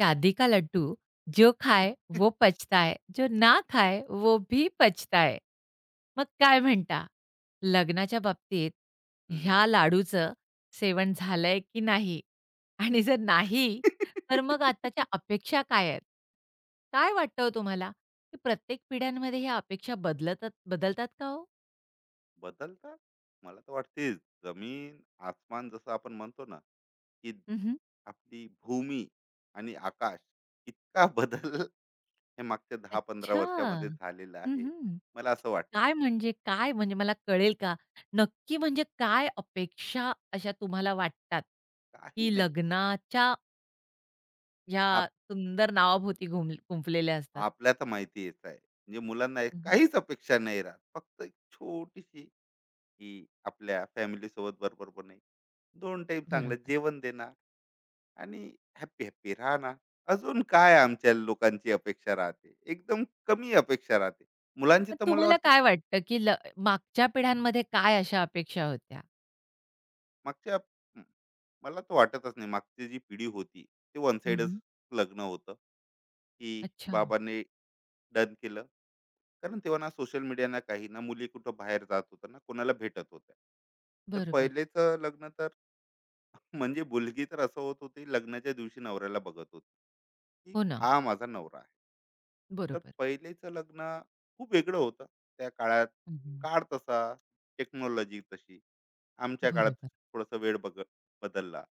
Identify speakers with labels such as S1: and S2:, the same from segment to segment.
S1: शादी का लड्डू जो खाए वो पचता है, जो ना खाए वो भी पछताए मग काय म्हणता लग्नाच्या बाबतीत
S2: हं.
S1: ह्या लाडूचं सेवन झालंय की नाही आणि जर नाही तर मग आताच्या अपेक्षा काय आहेत काय वाटतं हो तुम्हाला की प्रत्येक पिढ्यांमध्ये ह्या अपेक्षा बदलतात बदलतात का हो
S2: बदलतात. मला तर वाटते जमीन, आसमान जसं आपण म्हणतो ना, की
S1: उम्हम.
S2: आपली भूमी आणि आकाश इतका बदल हे मागच्या 10-15
S1: अच्छा
S2: वर्षामध्ये झालेलं आहे.
S1: उम्हम.
S2: मला असं वाटतं.
S1: काय म्हणजे मला कळेल का? नक्की म्हणजे काय अपेक्षा अशा तुम्हाला वाटतात,
S2: काही
S1: की
S2: नाही.
S1: लग्नाच्या या
S2: आप
S1: सुंदर नावाभोवती घुम गुंफलेल्या असतात?
S2: आपल्या तर माहिती हेच आहे. म्हणजे मुलांना एक
S1: हं, हं.
S2: काहीच अपेक्षा नाही राहत. फक्त एक छोटीशी, की आपल्या फॅमिलीसोबत बरोबर बने, 2 टाईम चांगलं
S1: बरोबर.
S2: जेवण देणार. आणि हॅपी हॅपी राहा ना. अजून काय आमच्या लोकांची अपेक्षा राहते. एकदम कमी अपेक्षा राहते. मुलांची
S1: पण
S2: तर मला
S1: तुम्हाला
S2: वाटते
S1: काय वाटतं, की ल मागच्या पिढ्यांमध्ये काय अशा अपेक्षा होत्या?
S2: मागच्या. हं, मला तर वाटतच नाही, मागची जी पिढी होती ते वन साइडच
S1: हं,
S2: लग्न होतं, की
S1: अच्छा.
S2: बाबांनी डन केलं. कारण तेव्हा ना सोशल मीडिया ना काही, ना मुली कुठं बाहेर जात होत्या ना कोणाला भेटत होत्या. तर
S1: बरोबर.
S2: पहिलेचं लग्न तर म्हणजे मुलगी तर असं होत होती, लग्नाच्या दिवशी नवऱ्याला बघत होती, की
S1: हो ना.
S2: हा माझा नवरा आहे. तर
S1: बरोबर.
S2: पहिलेचं लग्न खूप वेगळं होतं त्या काळात.
S1: हं,
S2: काळ तसा, टेक्नॉलॉजी तशी. आमच्या काळात
S1: बरोबर,
S2: थोडासा वेळ बदलला.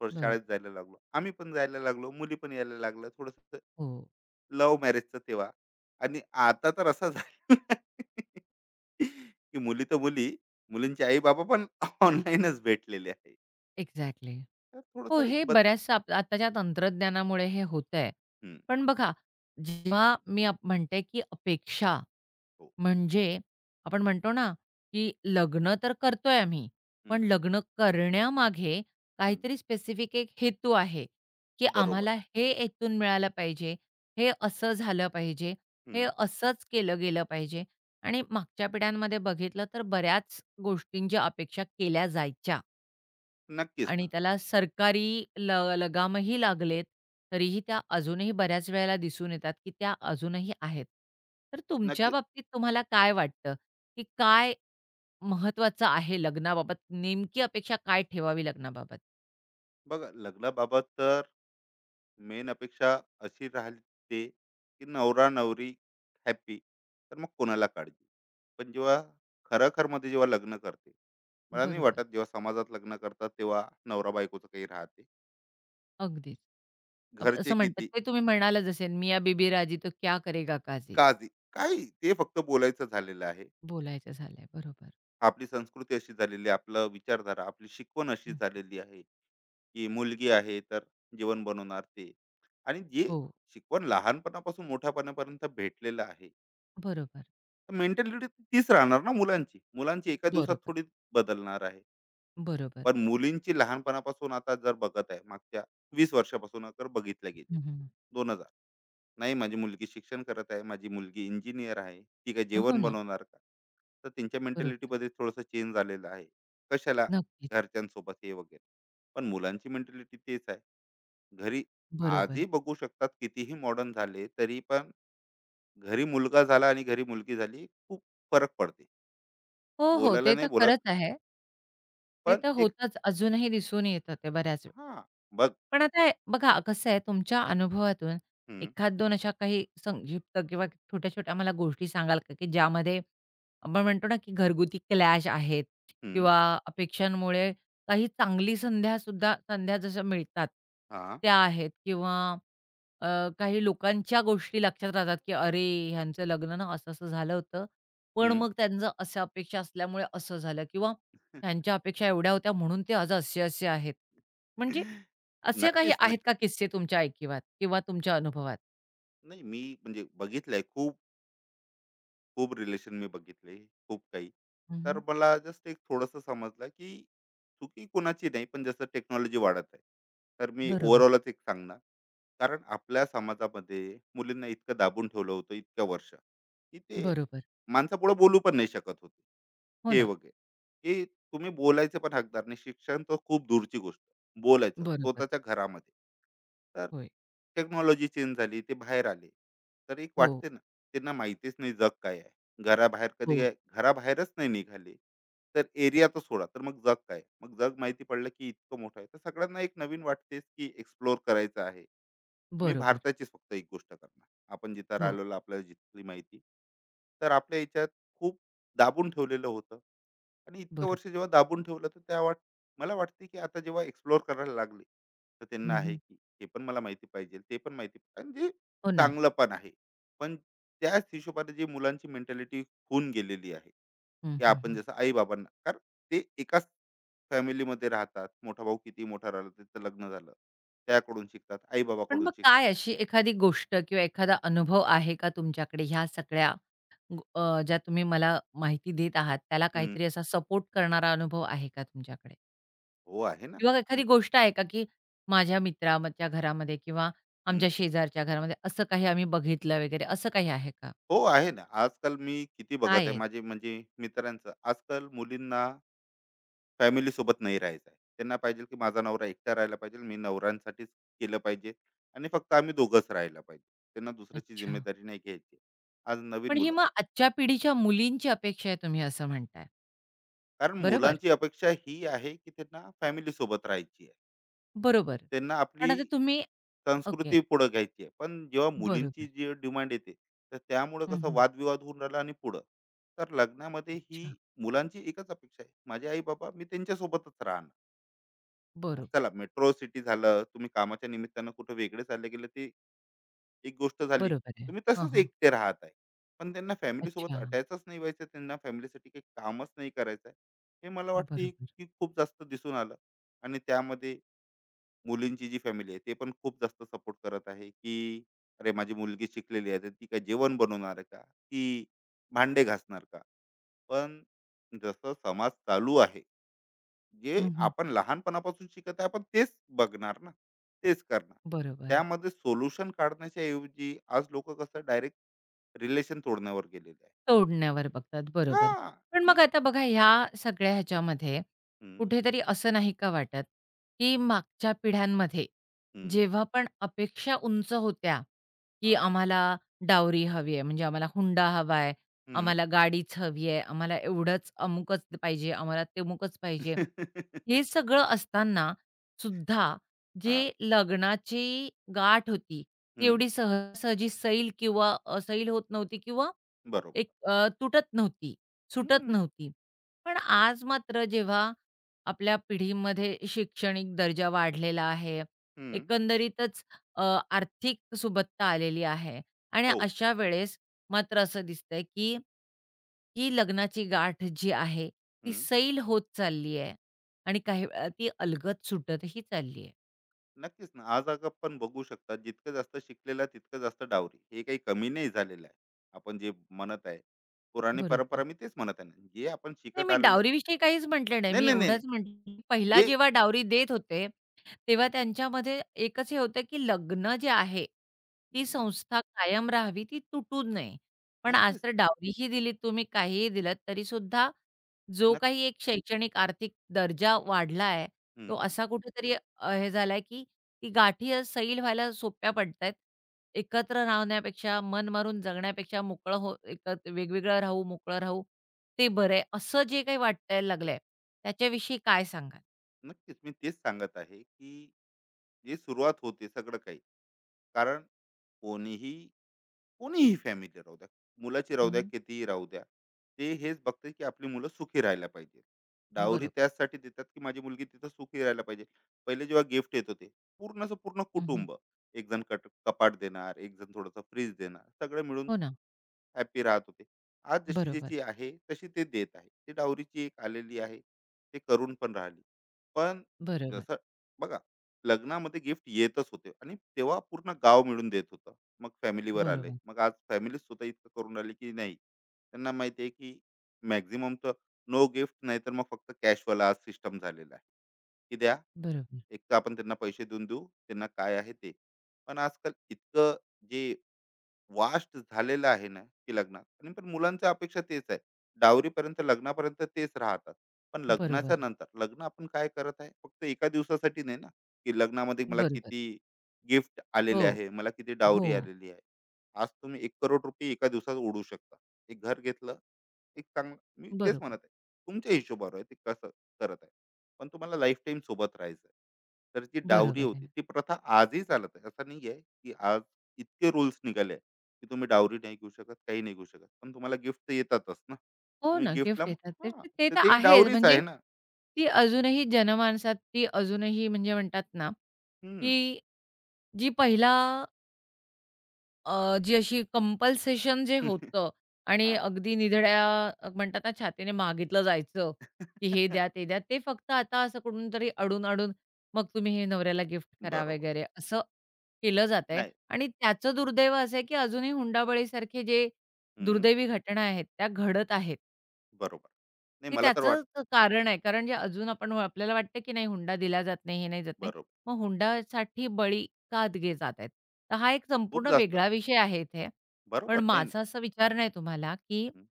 S2: थोडं
S1: बरोबर.
S2: शाळेत जायला लागलो. आम्ही पण जायला लागलो. मुली पण यायला लागल्या. थोडंसं
S1: हो,
S2: लव्ह मॅरेजचं तेव्हा. आणि आता तर असं झालेलं की मुली तर मुली, मुलींचे आई-बाबा पण ऑनलाईनच भेटलेले आहे.
S1: एक्झॅक्टली.
S2: तर
S1: हो,
S2: थोडंसं
S1: हे
S2: एक बद.
S1: बऱ्याचशा आताच्या तंत्रज्ञानामुळे हे होतंय.
S2: हं,
S1: पण बघा, जेव्हा मी म्हणते, की अपेक्षा
S2: हो.
S1: म्हणजे आपण म्हणतो ना, की लग्न तर करतोय आम्ही,
S2: हं,
S1: पण लग्न करण्यामागे
S2: हं.
S1: काहीतरी स्पेसिफिक एक हेतू आहे, की
S2: बरोबर.
S1: आम्हाला हे इथून मिळालं पाहिजे, हे असं झालं पाहिजे, हे
S2: हं.
S1: असंच केलं गेलं पाहिजे आणि मागच्या पिढ्यांमध्ये बघितलं तर बऱ्याच गोष्टींची अपेक्षा केल्या जायच्या.
S2: नक्कीच
S1: आणि
S2: ना.
S1: त्याला सरकारी ल लगामही लागलेत, तरीही त्या अजूनही बऱ्याच वेळेला दिसून येतात, की त्या अजूनही आहेत. तर तुमच्या
S2: नक्कीच.
S1: बाबतीत तुम्हाला काय वाटतं, की काय महत्त्वाचं आहे लग्नाबाबत? नेमकी अपेक्षा काय ठेवावी लग्नाबाबत?
S2: बघा लग्नाबाबत तर मेन अपेक्षा अशी राहिली ते, की नवरा नवरी हॅपी, तर मग कोणाला काळजी. पण जेव्हा खरखर मध्ये जेव्हा लग्न करते, मला नाही
S1: बरोबर.
S2: वाटत जेव्हा समाजात लग्न करतात तेव्हा नवरा बायकोचं काही राहते.
S1: अगदीच. अब
S2: घरचे
S1: असं म्हणतात
S2: किती
S1: ते तुम्ही म्हणालाच जसे, "मियाँ बीबी राजी तो क्या करेगा काजी."
S2: काळजी, काही ते फक्त बोलायचं झालेलं आहे.
S1: बोलायचं झालंय. बरोबर.
S2: आपली संस्कृती अशी झालेली आहे, आपलं विचारधारा आपली शिकवण अशी
S1: हं.
S2: झालेली आहे, की मुलगी आहे तर जेवण बनवणार ते. आणि जे
S1: हो.
S2: शिकवण लहानपणापासून मोठ्यापणापर्यंत भेटलेलं आहे,
S1: बरोबर.
S2: मेंटॅलिटी तीच राहणार ना मुलांची. मुलांची एका दिवसात
S1: बरोबर.
S2: थोडी बदलणार आहे.
S1: बरोबर.
S2: पण मुलींची लहानपणापासून आता जर बघत आहे, मागच्या 20 वर्षापासून जर बघितल्या गेली,
S1: हं, हं.
S2: 2000. नाही, माझी मुलगी शिक्षण करत आहे, माझी मुलगी इंजिनिअर आहे, ती काय
S1: हो
S2: जेवण
S1: ना.
S2: बनवणार का? तर त्यांच्या
S1: बरोबर.
S2: मेंटॅलिटीमध्ये थोडंसं चेंज आलेलं आहे. कशाला
S1: नक्कीच.
S2: घरच्यांसोबत हे वगैरे. पण मुलांची मेंटॅलिटी तेच आहे. घरी
S1: बरोबर.
S2: आजही बघू शकतात, कितीही मॉडर्न झाले, तरी पण घरी मुलगा झाला आणि घरी मुलगी झाली, खूप फरक पडते.
S1: हो, हो.
S2: बोलायला
S1: ते
S2: नाही
S1: तर
S2: बोलत,
S1: खरंच आहे. ते
S2: पण
S1: तर
S2: एक.
S1: होतच. अजूनही दिसून येतं ते बऱ्याच वेळा.
S2: हां, बघ.
S1: पण आता बघा कसं आहे तुमच्या अनुभवातून
S2: हं,
S1: एखाद दोन अशा काही संक्षिप्त किंवा छोट्या-छोट्या मला गोष्टी सांगाल का, की ज्यामध्ये आपण म्हणतो ना, की घरगुती क्लॅश आहेत
S2: हं,
S1: किंवा अपेक्षांमुळे काही चांगली संध्या जशा मिळतात
S2: हां,
S1: त्या आहेत किंवा अ, काही लोकांच्या गोष्टी लक्षात राहतात, की "अरे, ह्यांचं लग्न ना असं-असं झालं होतं, पण
S2: हं.
S1: मग त्यांचं अशा अपेक्षा असल्यामुळे असं झालं" किंवा "त्यांच्या अपेक्षा एवढ्या होत्या म्हणून ते आज असे-असे आहेत." म्हणजे असे काही
S2: नक्कीच,
S1: आहेत
S2: नक्की.
S1: का किस्से तुमच्या ऐकिवात किंवा तुमच्या अनुभवात?
S2: नाही, मी म्हणजे बघितलंय खूप, खूप रिलेशन मी बघितले, खूप काही. तर
S1: हं,
S2: मला जस्ट एक थोडंसं समजलं, की चुकी कोणाची नाही, पण जसं टेक्नॉलॉजी वाढत आहे. तर मी
S1: बरोबर.
S2: ओव्हरऑलच एक सांगणार. कारण आपल्या समाजामध्ये मुलींना इतकं दाबून ठेवलं होतं इतक्या वर्ष, की ते
S1: बरोबर.
S2: माणसापुढे बोलू पण नाही शकत होते.
S1: हो
S2: हे
S1: ना.
S2: वगैरे. की तुम्ही बोलायचं पण हकदार नाही. शिक्षण तर खूप दूरची गोष्ट. बोलायचं
S1: बरोबर.
S2: स्वतःच्या घरामध्ये. तर
S1: होय.
S2: टेक्नॉलॉजी चेंज झाली. ते बाहेर आले. तर एक
S1: हो,
S2: वाटते ना, त्यांना माहितीच नाही जग काय आहे. घराबाहेर कधी
S1: हो.
S2: घराबाहेरच नाही निघाले. तर एरिया तर सोडा. तर मग जग काय? मग जग माहिती पडलं की इतकं मोठं आहे. तर सगळ्यांना एक नवीन वाटतेच की एक्सप्लोर करायचं आहे. मी
S1: बरोबर.
S2: भारताचीच फक्त एक गोष्ट करणार. आपण जिथं
S1: हो,
S2: राहिलेलो आपल्याला जिथली माहिती. तर आपल्या ह्याच्यात खूप दाबून ठेवलेलं होतं. आणि इतकं
S1: बरोबर.
S2: वर्ष जेव्हा दाबून ठेवलं तर त्या मला वाटते की आता जेव्हा एक्सप्लोअर करायला लागले, तर त्यांना आहे
S1: हं,
S2: की हे पण मला माहिती पाहिजे, ते पण माहिती पाहिजे, आणि जे
S1: हो ना.
S2: चांगलं पण आहे. पण त्याच हिशोबाने जी मुलांची मेंटॅलिटी होऊन गेलेली आहे
S1: हं,
S2: की
S1: हं,
S2: आपण
S1: हं.
S2: जसं आई बाबांना, कारण ते एकाच फॅमिलीमध्ये राहतात, मोठा भाऊ किती मोठा राहिला, त्याचं लग्न झालं, त्याकडून शिकतात, आई
S1: पण
S2: बाबाकडून
S1: मग
S2: शिकतात.
S1: काय अशी एखादी गोष्ट किंवा एखादा अनुभव आहे का तुमच्याकडे ह्या सगळ्या ज्या तुम्ही मला माहिती देत आहात, त्याला
S2: हम्म,
S1: काहीतरी असा सपोर्ट करणारा अनुभव आहे का तुमच्याकडे?
S2: हो आहे ना.
S1: किंवा
S2: म-
S1: एखादी गोष्ट आहे का, की माझ्या मित्राच्या घरामध्ये किंवा आमच्या
S2: हम्म,
S1: शेजारच्या घरामध्ये असं काही आम्ही बघितलं वगैरे असं काही आहे का?
S2: हो आहे ना. आजकाल मी किती बघत
S1: काय
S2: आहे,
S1: आहे ते?
S2: माझे म्हणजे मित्रांचं, आजकाल मुलींना फॅमिली सोबत नाही राहायचं आहे. त्यांना पाहिजे की माझा नवरा एकटा राहायला पाहिजे, मी नवऱ्यांसाठीच केलं पाहिजे आणि फक्त आम्ही दोघंच राहायला पाहिजे. त्यांना दुसऱ्याची
S1: अच्छा.
S2: जिम्मेदारी नाही घ्यायची. आज नवीन
S1: पण हे
S2: मुलं.
S1: मग आजच्या पिढीच्या मुलींची अपेक्षा आहे तुम्ही असं म्हणताय.
S2: कारण
S1: बरोबर?
S2: मुलांची अपेक्षा ही आहे की त्यांना फॅमिली सोबत राहायची आहे.
S1: बरोबर.
S2: त्यांना आपली
S1: पण आता तुम्ही ओके.
S2: संस्कृती पुढं घ्यायची आहे. पण जेव्हा मुलींची
S1: बरोबर.
S2: जी डिमांड येते, तर त्यामुळं
S1: हं,
S2: कसं
S1: हं.
S2: वादविवाद होऊन राहिला आणि पुढं. तर लग्नामध्ये ही
S1: अच्छा.
S2: मुलांची एकच अपेक्षा आहे, माझे आई-बाबा मी त्यांच्यासोबतच राहणार. आज
S1: बरोबर.
S2: चला मेट्रो सिटी झालं, तुम्ही कामाच्या निमित्तानं कुठं वेगळे चालले गेले, ती एक गोष्ट झाली.
S1: बरोबर आहे.
S2: तुम्ही
S1: हां,
S2: तसंच
S1: हां.
S2: एकटे राहत आहे. पण त्यांना फॅमिलीसोबत
S1: अच्छा.
S2: अटॅचच नाही व्हायचं, त्यांना फॅमिलीसाठी काही कामच नाही करायचं आहे. हे मला वाटते
S1: बरोबर.
S2: की खूप जास्त दिसून आलं. आणि त्यामध्ये मुलींची जी फॅमिली आहे, ते पण खूप जास्त सपोर्ट करत आहे, की "अरे माझी मुलगी शिकलेली आहे, तर ती काय जेवण बनवणार का? की भांडे घासणार का?" पण जसं समाज चालू आहे, जे
S1: हं, हं.
S2: आपण लहानपणापासून शिकत आहे, आपण तेच बघणार ना, तेच करणार.
S1: बरोबर.
S2: त्यामध्ये सोल्युशन काढण्याच्या ऐवजी आज लोक कसं डायरेक्ट रिलेशन तोडण्यावर गेलेले आहे.
S1: तोडण्यावर बघतात,
S2: हा,
S1: बरोबर. पण
S2: की
S1: मग आता बघा ह्या सगळ्या ह्याच्यामध्ये
S2: हम्म,
S1: कुठेतरी असं नाही का वाटत, की मागच्या पिढ्यांमध्ये
S2: हम्म,
S1: जेव्हा पण अपेक्षा उंच होत्या, की
S2: हा,
S1: आम्हाला डावरी हवी आहे, म्हणजे आम्हाला हुंडा हवा आहे,
S2: हम्म,
S1: आम्हाला गाडीच हवी आहे, आम्हाला एवढंच, अमुकच पाहिजे, आम्हाला तेमुकच पाहिजे. हे सगळं असताना सुद्धा जे
S2: हा,
S1: लग्नाची गाठ होती, ती
S2: हम्म,
S1: एवढी सहजासहजी सैल किंवा असैल होत नव्हती किंवा
S2: बरोबर,
S1: तुटत नव्हती, सुटत
S2: हम्म,
S1: नव्हती. पण आज मात्र जेव्हा आपल्या पिढीमध्ये शैक्षणिक दर्जा वाढलेला आहे,
S2: हम्म,
S1: एकंदरीतच अ, आर्थिक सुबत्ता आलेली आहे आणि
S2: हो,
S1: अशा वेळेस मात्र असं दिसतंय, की ही लग्नाची गाठ जी आहे, ती
S2: हम्म,
S1: सैल होत चालली आहे. आणि ती अलगद सुटतही चालली आहे.
S2: नक्कीच ना. आज अग आपण बघू शकता, जितकं जास्त शिकलेला तितकं जास्त डावरी, हे काही कमी नाही झालेलं आहे. आपण जे म्हणत आहे पुराणी
S1: बरोबर.
S2: परंपरा, मी तेच म्हणत आहे ना, जे आपण
S1: नाही,
S2: शिकत
S1: मी
S2: आलेलं.
S1: डावरीविषयी काहीच म्हटलं नाही.
S2: नाही,
S1: मी
S2: नाही, नाही, नाही.
S1: एवढंच म्हटलं, पहिला
S2: जे
S1: जेव्हा डावरी देत होते, तेव्हा त्यांच्यामध्ये एकच हे होतं, की लग्न जे आहे, ती
S2: हं,
S1: संस्था कायम राहावी, ती तुटू नये. पण आज
S2: नक्कीच
S1: तर डावरीही दिली तुम्ही, काहीही दिलत, तरीसुद्धा जो
S2: नक
S1: काही एक शैक्षणिक आर्थिक दर्जा वाढला आहे,
S2: हं,
S1: तो
S2: हं.
S1: असा कुठेतरी हे झालाय, की ती गाठी सैल व्हायला सोप्या पडतायत. एकत्र राहण्यापेक्षा, मन मारून जगण्यापेक्षा मोकळं हो एक वेगवेगळं राहू, मोकळं राहू. ते बरं आहे, असं जे काही वाटायला लागलंय, त्याच्याविषयी काय सांगाल?
S2: नक्कीच मी तेच सांगत आहे की जे सुरुवात होते सगळं काही, कारण कोणीही, कोणीही फॅमिली राहू द्या, मुलाची
S1: हं,
S2: राहू द्या,
S1: हं.
S2: कितीही राहू द्या, ते हेच बघते की आपली मुलं सुखी राहायला पाहिजे. डावरी
S1: बरोबर.
S2: त्याचसाठी देतात की माझी मुलगी तिथं सुखी राहायला पाहिजे. पहिले जेव्हा गिफ्ट येत होते, पूर्णचं पूर्ण
S1: हं, हं.
S2: कुटुंब, एक जण कट कपाट देणार, एक जण थोडंसं फ्रीज देणार, सगळं मिळून
S1: हो ना.
S2: हॅपी राहत होते. आज जशी
S1: बरोबर,
S2: ज्याची आहे तशी ते देत आहे, ती डावरीची एक आलेली आहे, ते करून पण राहिली. पण
S1: बरोबर,
S2: जसं बघा, लग्नामध्ये गिफ्ट येतच होते आणि तेव्हा पूर्ण गाव मिळून देत होतं, मग फॅमिलीवर आले,
S1: बरोबर,
S2: मग आज फॅमिली स्वतः इतकं करून राहिली की नाही, त्यांना माहिती आहे की मॅक्झिमम तर नो गिफ्ट, नाही तर मग फक्त कॅशवाला आज सिस्टम झालेला आहे, की द्या,
S1: बरोबर,
S2: एक तर आपण त्यांना पैसे देऊन देऊ, त्यांना काय आहे ते. पण आजकाल इतकं जे वास्ट झालेलं आहे ना, की लग्नात आणि पण मुलांच्या अपेक्षा तेच आहे, डावरीपर्यंत लग्नापर्यंत तेच राहतात. पण लग्नाच्या
S1: बरोबर,
S2: नंतर लग्न आपण काय करत आहे, फक्त एका दिवसासाठी नाही ना, की लग्नामध्ये मला
S1: बरोबर.
S2: किती गिफ्ट आलेले
S1: हो,
S2: आहे, मला किती
S1: हो.
S2: डावरी आलेली आहे. आज तुम्ही 1 करोड रुपये एका दिवसात ओढू शकता, एक घर घेतलं, एक चांगलं, मी तेच म्हणत
S1: बरोबर,
S2: आहे, तुमच्या हिशोबावर आहे ते कसं करत आहे. पण तुम्हाला लाईफ टाईम सोबत राहायचं आहे, तर जी डावरी
S1: बरोबर आहे
S2: होती
S1: ना.
S2: ती प्रथा आजही चालत आहे, असं नाही आहे की आज इतके रूल्स निघाले की तुम्ही डावरी नाही घेऊ शकत, काही नाही घेऊ शकत. पण तुम्हाला गिफ्ट येतातच ना.
S1: हो
S2: तुम्ही
S1: ना, गिफ्ट
S2: गिफ्टला,
S1: देतात. ते
S2: हां,
S1: ते ते
S2: तर
S1: तर
S2: ते
S1: आहेच
S2: डावरीच आहे
S1: म्हणजे
S2: ना.
S1: ती अजूनही जनमानसात ती अजूनही म्हणजे म्हणतात ना,
S2: हं.
S1: की जी पहिला जी अशी कंपल्सेशन जे होतं आणि
S2: हां.
S1: अगदी निधड्या म्हणतात ना छातीने मागितलं जायचं, की हे द्या, ते द्या. ते फक्त आता असं कुठून तरी अडून-अडून मग तुम्ही हे नवऱ्याला गिफ्ट करा
S2: बरोबर.
S1: वगैरे असं केलं जातंय
S2: नाही.
S1: आणि त्याचं दुर्दैव असं आहे, की अजूनही हुंडाबळीसारखे जे
S2: हं.
S1: दुर्दैवी घटना आहेत, त्या घडत आहेत.
S2: बरोबर. नाही,
S1: ते
S2: मला तर
S1: त्याचं
S2: वाटतं.
S1: क कारण आहे. कारण जे अजून आपण आपल्याला वाटतं, की नाही हुंडा दिला जात नाही, हे नाही जात नाही.
S2: बरोबर.
S1: मग हुंडासाठी बळी का दिले जात आहेत? तर हा एक
S2: खूप
S1: संपूर्ण
S2: जास्त.
S1: वेगळा विषय आहे इथे. पण
S2: बरोबर. नाही, नाही.
S1: माझा असा विचारणं आहे तुम्हाला, की
S2: हं,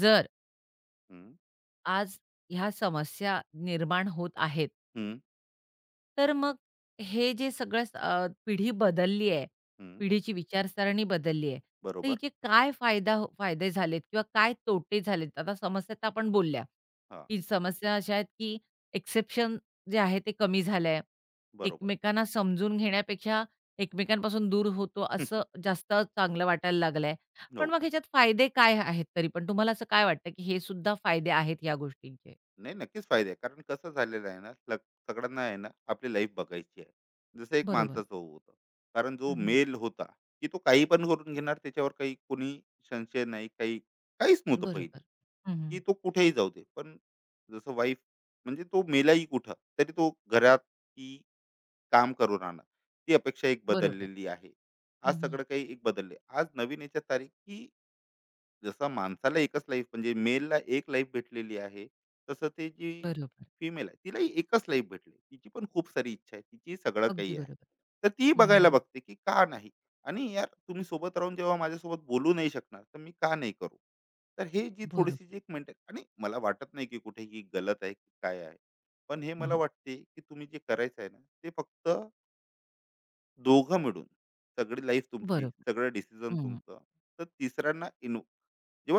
S1: जर
S2: हं,
S1: आज ह्या समस्या निर्माण होत आहेत.
S2: हं,
S1: तर मग हे जे सगळं पिढी बदलली आहे,
S2: हं.
S1: पिढीची विचारसरणी बदलली आहे. तर
S2: बरोबर.
S1: हिचे काय फायदे झालेत किंवा काय तोटे झालेत? आता समस्या तर आपण बोलल्या,
S2: हां,
S1: की समस्या अशा आहेत, की एक्सेप्शन जे आहे ते कमी झालंय.
S2: बरोबर.
S1: एकमेकांना समजून घेण्यापेक्षा एकमेकांपासून दूर होतो असं जास्त चांगलं वाटायला लागलंय. पण
S2: हो.
S1: मग ह्याच्यात फायदे काय आहेत तरी पण? तुम्हाला असं काय वाटतं, की हे सुद्धा फायदे आहेत या गोष्टींचे?
S2: नाही, नक्कीच फायदे आहे. कारण कसं झालेलं आहे ना, सगळ्यांना आहे ना, आपली लाईफ बघायची आहे, जसं एक
S1: बरोबर.
S2: माणसाचं होतं, कारण जो
S1: हं,
S2: मेल होता, की तो काही पण करून घेणार, त्याच्यावर काही कोणी संशय नाही, काही काहीच नव्हतं पहिले,
S1: बरोबर.
S2: की
S1: हं,
S2: तो कुठेही जाऊ दे. पण जसं वाईफ, म्हणजे तो मेलाही कुठं तरी तो घरात की काम करून राहणार, ती अपेक्षा एक
S1: बरोबर.
S2: बदललेली आहे. आज
S1: हं,
S2: सगळं काही एक बदलले, आज नवीन याच्यात तारीख, की जसं माणसाला एकच लाईफ, म्हणजे मेलला एक लाईफ भेटलेली आहे, तसं ते जी
S1: बरोबर.
S2: फिमेल आहे तिलाही एकच लाईफ भेटली, तिची पण खूप सारी इच्छा आहे, तिची सगळं
S1: अगदी
S2: काही आहे.
S1: बरोबर.
S2: तर ती बघायला
S1: हं,
S2: बघते की का नाही, आणि यार तुम्ही सोबत राहून जेव्हा माझ्यासोबत बोलू नाही शकणार, तर मी का नाही करू. तर हे जी
S1: बरोबर.
S2: थोडीशी जी एक मेंटल, आणि मला वाटत नाही की कुठे ही गलत आहे की काय आहे. पण हे मला
S1: हं,
S2: वाटते की तुम्ही जे करायचं आहे ना, ते फक्त दोघं मिळून, सगळी लाईफ तुमची,
S1: बरोबर.
S2: सगळं डिसिजन तुमचं. तर तिसऱ्यांना, जेव्हा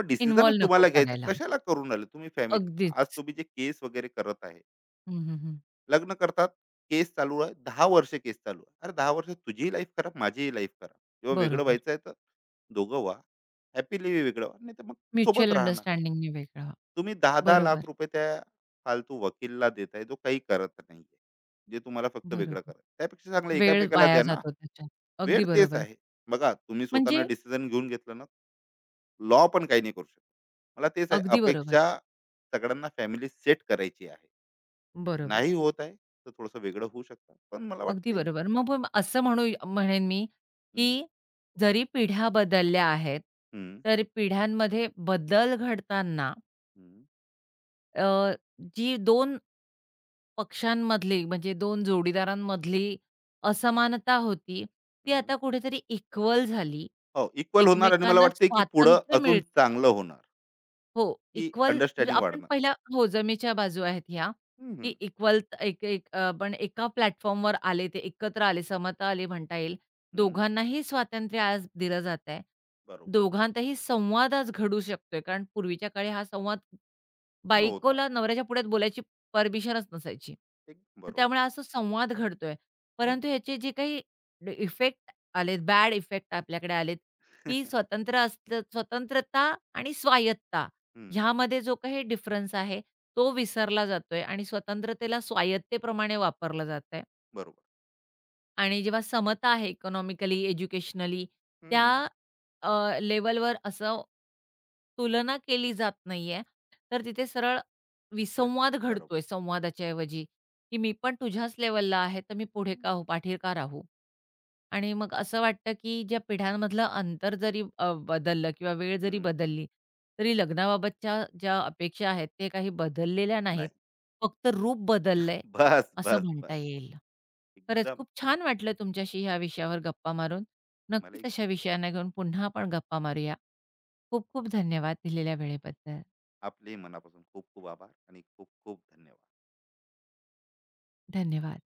S2: डिसिजनच
S1: इन्व्हॉल्व नको
S2: तुम्हाला घ्यायचा,
S1: करायला.
S2: कशाला करून आले तुम्ही फॅमिली. आज
S1: अगदीच.
S2: तुम्ही जे केस वगैरे करत आहे,
S1: हं, हं, हं.
S2: लग्न करतात, केस चालू आहे 10 वर्ष, केस चालू आहे, अरे 10 वर्ष तुझीही लाईफ खराब, माझीही लाईफ खराब. जेव्हा वेगळं
S1: बरोबर.
S2: व्हायचं आहे, तर दोघं व्हा, हॅपीली वेगळं व्हा, नाही तर मग सोबत
S1: म्युच्युअल
S2: राहणार.
S1: अंडरस्टँडिंगने वेगळं.
S2: तुम्ही दहा दहा
S1: बरोबर,
S2: लाख रुपये त्या फालतू वकीलला देताय, जो काही करत नाही, जे तुम्हाला फक्त वेगळं
S1: बरोबर.
S2: करत, त्यापेक्षा चांगलं
S1: वेळ
S2: एकामेकाला
S1: वाया
S2: द्या ना.
S1: जातो त्याच्यात. अगदी
S2: वेळ तेच
S1: बरोबर.
S2: आहे. बघा, तुम्ही स्वतःनं
S1: म्हणजे
S2: डिसिजन घेऊन घेतलं ना, लॉ पण काही नाही करू शकत. मला तेच आहे
S1: अगदी बरोबर.
S2: अपेक्षा, सगळ्यांना फॅमिली सेट करायची आहे.
S1: बरोबर.
S2: नाही होत आहे तर थोडंसं वेगळं होऊ शकतं. पण मला
S1: अगदी
S2: वाटते.
S1: बरोबर. मग मग असं म्हणेन मी, की
S2: हं,
S1: जरी पिढ्या बदलल्या आहेत,
S2: हं,
S1: तर पिढ्यांमध्ये बदल घडताना
S2: हं,
S1: अ, जी 2 पक्षांमधली म्हणजे 2 जोडीदारांमधली असमानता होती, ती
S2: हं.
S1: आता कुठेतरी इक्वल झाली.
S2: हो, इक्वल होणार आणि मला
S1: एकमेकांना
S2: वाटते की पुढं
S1: स्वातंत्र्य
S2: अजून
S1: मिळतं.
S2: चांगलं होणार,
S1: हो,
S2: की
S1: इक्वल म्हणजे
S2: अंडरस्टँडिंग
S1: आपण
S2: वाढणार.
S1: पहिल्या हो, जमेच्या बाजू आहेत ह्या,
S2: हं, हं,
S1: की इक्वल एक एक आपण एका प्लॅटफॉर्मवर आले, ते एकत्र आले, समता आली म्हणता येईल.
S2: हं.
S1: दोघांनाही स्वातंत्र्य आज दिलं जात आहे.
S2: बरोबर.
S1: दोघांतही संवाद आज घडू शकतोय, कारण पूर्वीच्या काळी हा संवाद
S2: नव्हता.
S1: बायकोला नवऱ्याच्या पुढ्यात बोलायची परमिशनच नसायची.
S2: एक
S1: तर
S2: बरोबर.
S1: त्यामुळे आज तो संवाद घडतोय.
S2: हं. हं.
S1: परंतु ह्याचे जे काही इफेक्ट आलेत, बॅड इफेक्ट आपल्याकडे आलेत, की स्वतंत्र असलं स्वतंत्रता आणि स्वायत्तता ह्यामध्ये जो काही डिफरन्स आहे, तो विसरला जातोय आणि स्वतंत्रतेला स्वायत्तेप्रमाणे वापरलं जातंय.
S2: बरोबर.
S1: आणि जेव्हा समता आहे इकॉनॉमिकली, एज्युकेशनली त्या
S2: हं.
S1: अ, लेव्हलवर असं तुलना केली जात नाहीये, तर तिथे सरळ विसंवाद
S2: बरोबर.
S1: घडतोय संवादाच्या ऐवजी, की "मी पण तुझ्याच लेव्हलला आहे, तर मी पुढे का हो पाठी का राहू?" आणि मग असं वाटतं, की ज्या पिढ्यांमधलं अंतर जरी बदललं किंवा वेळ जरी
S2: हं, हं.
S1: बदलली, तरी लग्नाबाबतच्या ज्या अपेक्षा आहेत, ते काही बदललेल्या
S2: नाही.
S1: नाहीत. फक्त रूप बदललंय
S2: बस,
S1: असं
S2: बस, बस.
S1: म्हणता येईल. खरंच
S2: एकदम.
S1: खूप छान वाटलं तुमच्याशी ह्या विषयावर गप्पा मारून. नक्कीच
S2: मलाही.
S1: अशा विषयांना घेऊन पुन्हा आपण गप्पा मारूया. खूप खूप धन्यवाद दिलेल्या वेळेबद्दल.
S2: आपले मनापासून खूप खूप आभार आणि खूप खूप धन्यवाद.
S1: धन्यवाद.